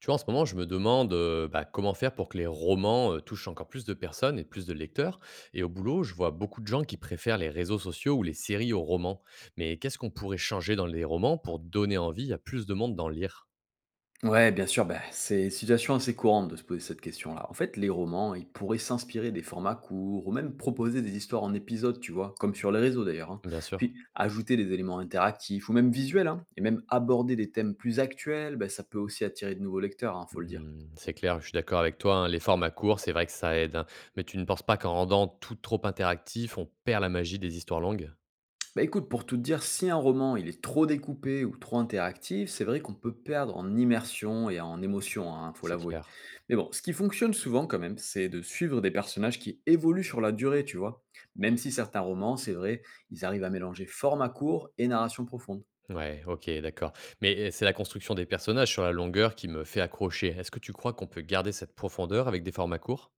Tu vois, en ce moment, je me demande comment faire pour que les romans touchent encore plus de personnes et plus de lecteurs. Et au boulot, je vois beaucoup de gens qui préfèrent les réseaux sociaux ou les séries aux romans. Mais qu'est-ce qu'on pourrait changer dans les romans pour donner envie à plus de monde d'en lire? Ouais, bien sûr, bah, c'est une situation assez courante de se poser cette question-là. En fait, les romans, ils pourraient s'inspirer des formats courts, ou même proposer des histoires en épisodes, tu vois, comme sur les réseaux d'ailleurs, hein. Bien sûr. Puis, ajouter des éléments interactifs, ou même visuels, hein, et même aborder des thèmes plus actuels, bah, ça peut aussi attirer de nouveaux lecteurs, hein, faut le dire. Hmm, c'est clair, je suis d'accord avec toi, hein. Les formats courts, c'est vrai que ça aide, hein. Mais tu ne penses pas qu'en rendant tout trop interactif, on perd la magie des histoires longues? Bah écoute, pour tout te dire, si un roman il est trop découpé ou trop interactif, c'est vrai qu'on peut perdre en immersion et en émotion, hein, faut C'est l'avouer. clair. Mais bon, ce qui fonctionne souvent quand même, c'est de suivre des personnages qui évoluent sur la durée, tu vois. Même si certains romans, c'est vrai, ils arrivent à mélanger format court et narration profonde. Ouais, OK, d'accord. Mais, c'est la construction des personnages sur la longueur qui me fait accrocher. Est-ce que tu crois qu'on peut garder cette profondeur avec des formats courts?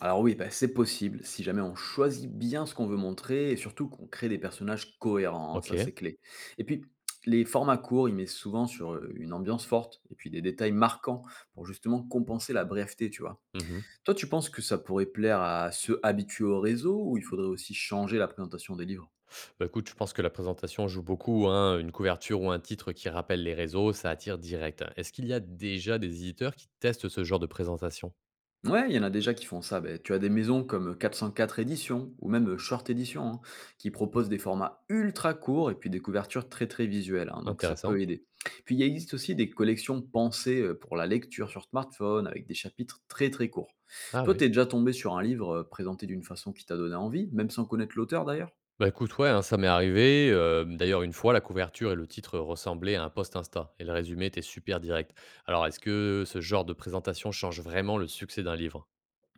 Alors oui, bah, c'est possible, si jamais on choisit bien ce qu'on veut montrer et surtout qu'on crée des personnages cohérents, hein, ça OK. c'est clé. Et puis, les formats courts, ils mettent souvent sur une ambiance forte et puis des détails marquants pour justement compenser la brièveté, tu vois. Mmh. Toi, tu penses que ça pourrait plaire à ceux habitués au réseau ou il faudrait aussi changer la présentation des livres? Bah, écoute, je pense que la présentation joue beaucoup, hein. Une couverture ou un titre qui rappelle les réseaux, ça attire direct. Est-ce qu'il y a déjà des éditeurs qui testent ce genre de présentation? Ouais, il y en a déjà qui font ça. Ben, tu as des maisons comme 404 éditions ou même Short Edition, hein, qui proposent des formats ultra courts et puis des couvertures très très visuelles, hein, donc ça peut Intéressant. aider. Puis il existe aussi des collections pensées pour la lecture sur smartphone avec des chapitres très très courts. Ah Toi, ouais. t'es déjà tombé sur un livre présenté d'une façon qui t'a donné envie, même sans connaître l'auteur d'ailleurs? Bah, écoute, ouais, hein, ça m'est arrivé, d'ailleurs, une fois, la couverture et le titre ressemblaient à un post Insta et le résumé était super direct. Alors, est-ce que ce genre de présentation change vraiment le succès d'un livre?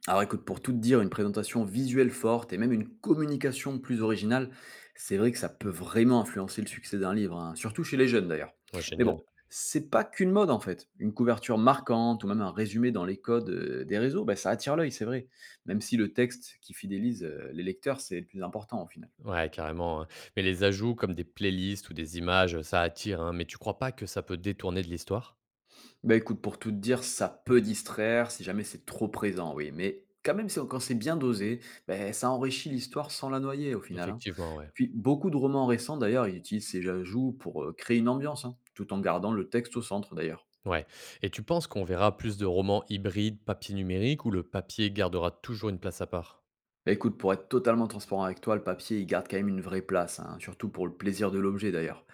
Alors écoute, pour tout te dire, une présentation visuelle forte et même une communication plus originale, c'est vrai que ça peut vraiment influencer le succès d'un livre, hein, surtout chez les jeunes d'ailleurs. Ouais, Mais génial. bon, c'est pas qu'une mode en fait. Une couverture marquante ou même un résumé dans les codes des réseaux, bah, ça attire l'œil, c'est vrai. Même si le texte qui fidélise les lecteurs, c'est le plus important au final. Ouais, carrément, hein. Mais les ajouts comme des playlists ou des images, ça attire, hein, mais tu crois pas que ça peut détourner de l'histoire? Bah, écoute, pour tout te dire, ça peut distraire si jamais c'est trop présent, oui. Mais quand même, quand c'est bien dosé, bah, ça enrichit l'histoire sans la noyer au final, hein. Effectivement, ouais. Puis beaucoup de romans récents, d'ailleurs, ils utilisent ces ajouts pour créer une ambiance, hein, tout en gardant le texte au centre, d'ailleurs. Ouais, et tu penses qu'on verra plus de romans hybrides papier numérique ou le papier gardera toujours une place à part? Bah, écoute, pour être totalement transparent avec toi, le papier, il garde quand même une vraie place, hein, surtout pour le plaisir de l'objet, d'ailleurs.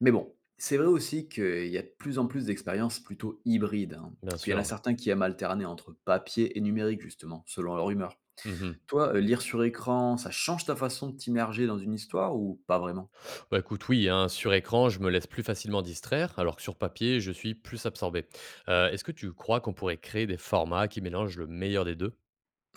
Mais bon, c'est vrai aussi qu'il y a de plus en plus d'expériences plutôt hybrides, hein. Bien Puis il y en a sûr. certains qui aiment alterner entre papier et numérique, justement, selon leur humeur. Mmh. Toi, lire sur écran, ça change ta façon de t'immerger dans une histoire ou pas vraiment? Bah, écoute, oui, hein, sur écran, je me laisse plus facilement distraire, alors que sur papier, je suis plus absorbé. Est-ce que tu crois qu'on pourrait créer des formats qui mélangent le meilleur des deux?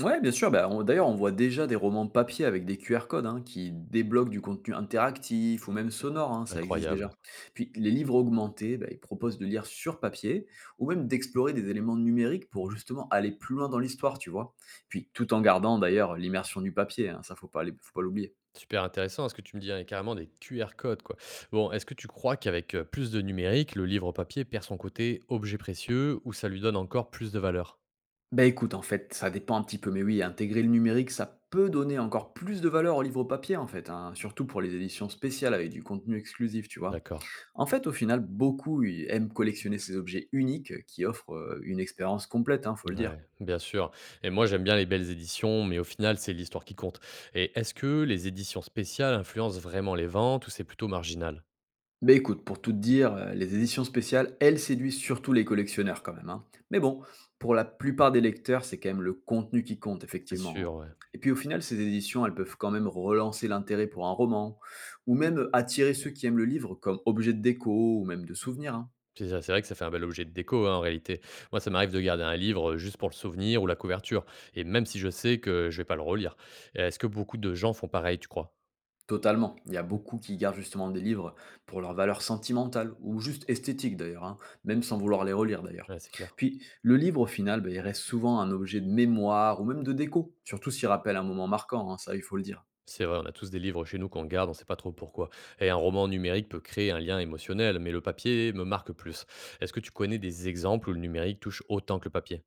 Ouais, bien sûr, bah, on voit déjà des romans papier avec des QR codes, hein, qui débloquent du contenu interactif ou même sonore, hein, ça existe déjà. Incroyable. Puis les livres augmentés, bah, ils proposent de lire sur papier ou même d'explorer des éléments numériques pour justement aller plus loin dans l'histoire, tu vois? Puis tout en gardant d'ailleurs l'immersion du papier, hein, ça faut pas l'oublier. Super intéressant, hein, ce que tu me dis, hein, et carrément des QR codes, quoi. Bon, est-ce que tu crois qu'avec, plus de numérique, le livre papier perd son côté objet précieux ou ça lui donne encore plus de valeur? Bah, écoute, en fait, ça dépend un petit peu, mais oui, intégrer le numérique, ça peut donner encore plus de valeur au livre papier, en fait, hein, surtout pour les éditions spéciales avec du contenu exclusif, tu vois. D'accord. En fait, au final, beaucoup ils aiment collectionner ces objets uniques qui offrent une expérience complète, hein, faut le dire. Ouais, bien sûr, et moi j'aime bien les belles éditions, mais au final, c'est l'histoire qui compte. Et est-ce que les éditions spéciales influencent vraiment les ventes ou c'est plutôt marginal? Bah écoute, pour tout te dire, les éditions spéciales, elles séduisent surtout les collectionneurs quand même, hein. Mais bon, pour la plupart des lecteurs, c'est quand même le contenu qui compte, C'est effectivement, hein. sûr, ouais. Et puis au final, ces éditions, elles peuvent quand même relancer l'intérêt pour un roman, ou même attirer ceux qui aiment le livre comme objet de déco ou même de souvenir, hein. C'est ça, c'est vrai que ça fait un bel objet de déco, hein, en réalité. Moi, ça m'arrive de garder un livre, juste pour le souvenir ou la couverture, et même si je sais que je vais pas le relire. Est-ce que beaucoup de gens font pareil, tu crois? Totalement. Il y a beaucoup qui gardent justement des livres pour leur valeur sentimentale ou juste esthétique d'ailleurs, hein, même sans vouloir les relire d'ailleurs. Ouais, c'est clair. Puis le livre au final, ben, il reste souvent un objet de mémoire ou même de déco, surtout s'il rappelle un moment marquant, hein, ça il faut le dire. C'est vrai, on a tous des livres chez nous qu'on garde, on ne sait pas trop pourquoi. Et un roman numérique peut créer un lien émotionnel, mais le papier me marque plus. Est-ce que tu connais des exemples où le numérique touche autant que le papier?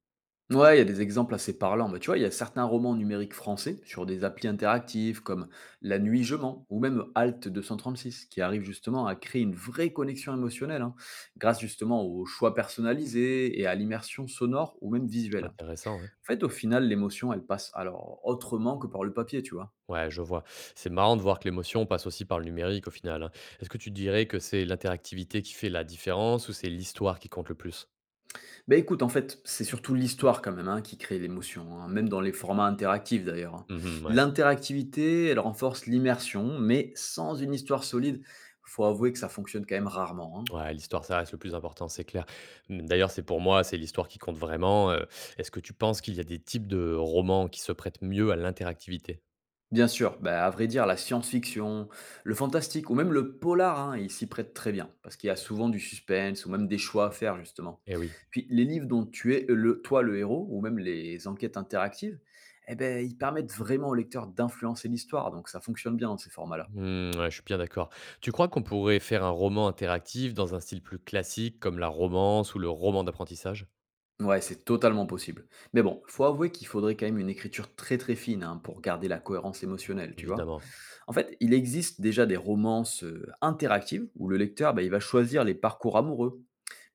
Ouais, il y a des exemples assez parlants. Bah, tu vois, il y a certains romans numériques français sur des applis interactives comme La Nuit Je mens ou même Alt six qui arrivent justement à créer une vraie connexion émotionnelle, hein, grâce justement aux choix personnalisés et à l'immersion sonore ou même visuelle. En Intéressant, ouais. fait, au final, l'émotion, elle passe alors autrement que par le papier, tu vois? Ouais, je vois. C'est marrant de voir que l'émotion passe aussi par le numérique au final, hein. Est-ce que tu dirais que c'est l'interactivité qui fait la différence ou c'est l'histoire qui compte le plus? Bah, écoute, en fait, c'est surtout l'histoire quand même, hein, qui crée l'émotion, hein, même dans les formats interactifs d'ailleurs, hein. Mhm. Ouais, L'interactivité, elle renforce l'immersion, mais sans une histoire solide, faut avouer que ça fonctionne quand même rarement, hein. ouais, l'histoire, ça reste le plus important, c'est clair. Mmh, d'ailleurs, c'est, pour moi, c'est l'histoire qui compte vraiment. Est-ce que tu penses qu'il y a des types de romans qui se prêtent mieux à l'interactivité? Bien sûr, bah, à vrai dire, la science-fiction, le fantastique ou même le polar, hein, ils s'y prêtent très bien, parce qu'il y a souvent du suspense ou même des choix à faire, justement. Eh oui. Puis les livres dont tu es toi le héros, ou même les enquêtes interactives, eh ben, ils permettent vraiment au lecteur d'influencer l'histoire, donc ça fonctionne bien dans ces formats-là. Mmh, ouais, je suis bien d'accord. Tu crois qu'on pourrait faire un roman interactif dans un style plus classique comme la romance ou le roman d'apprentissage? Ouais, c'est totalement possible. Mais bon, faut avouer qu'il faudrait quand même une écriture très très fine, hein, pour garder la cohérence émotionnelle, tu vois. Évidemment. En fait, il existe déjà des romances interactives où le lecteur, bah, il va choisir les parcours amoureux.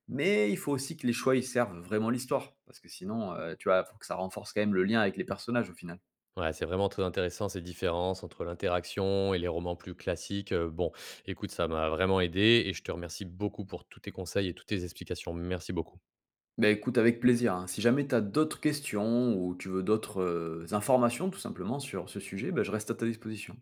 Mais il faut aussi que les choix, ils servent vraiment l'histoire, parce que sinon, tu vois, faut que ça renforce quand même le lien avec les personnages au final. Ouais, c'est vraiment très intéressant ces différences entre l'interaction et les romans plus classiques. Bon, écoute, ça m'a vraiment aidé et je te remercie beaucoup pour tous tes conseils et toutes tes explications. Merci beaucoup. Bah, écoute avec plaisir, hein. Si jamais tu as d'autres questions ou tu veux d'autres, informations tout simplement sur ce sujet, bah, je reste à ta disposition.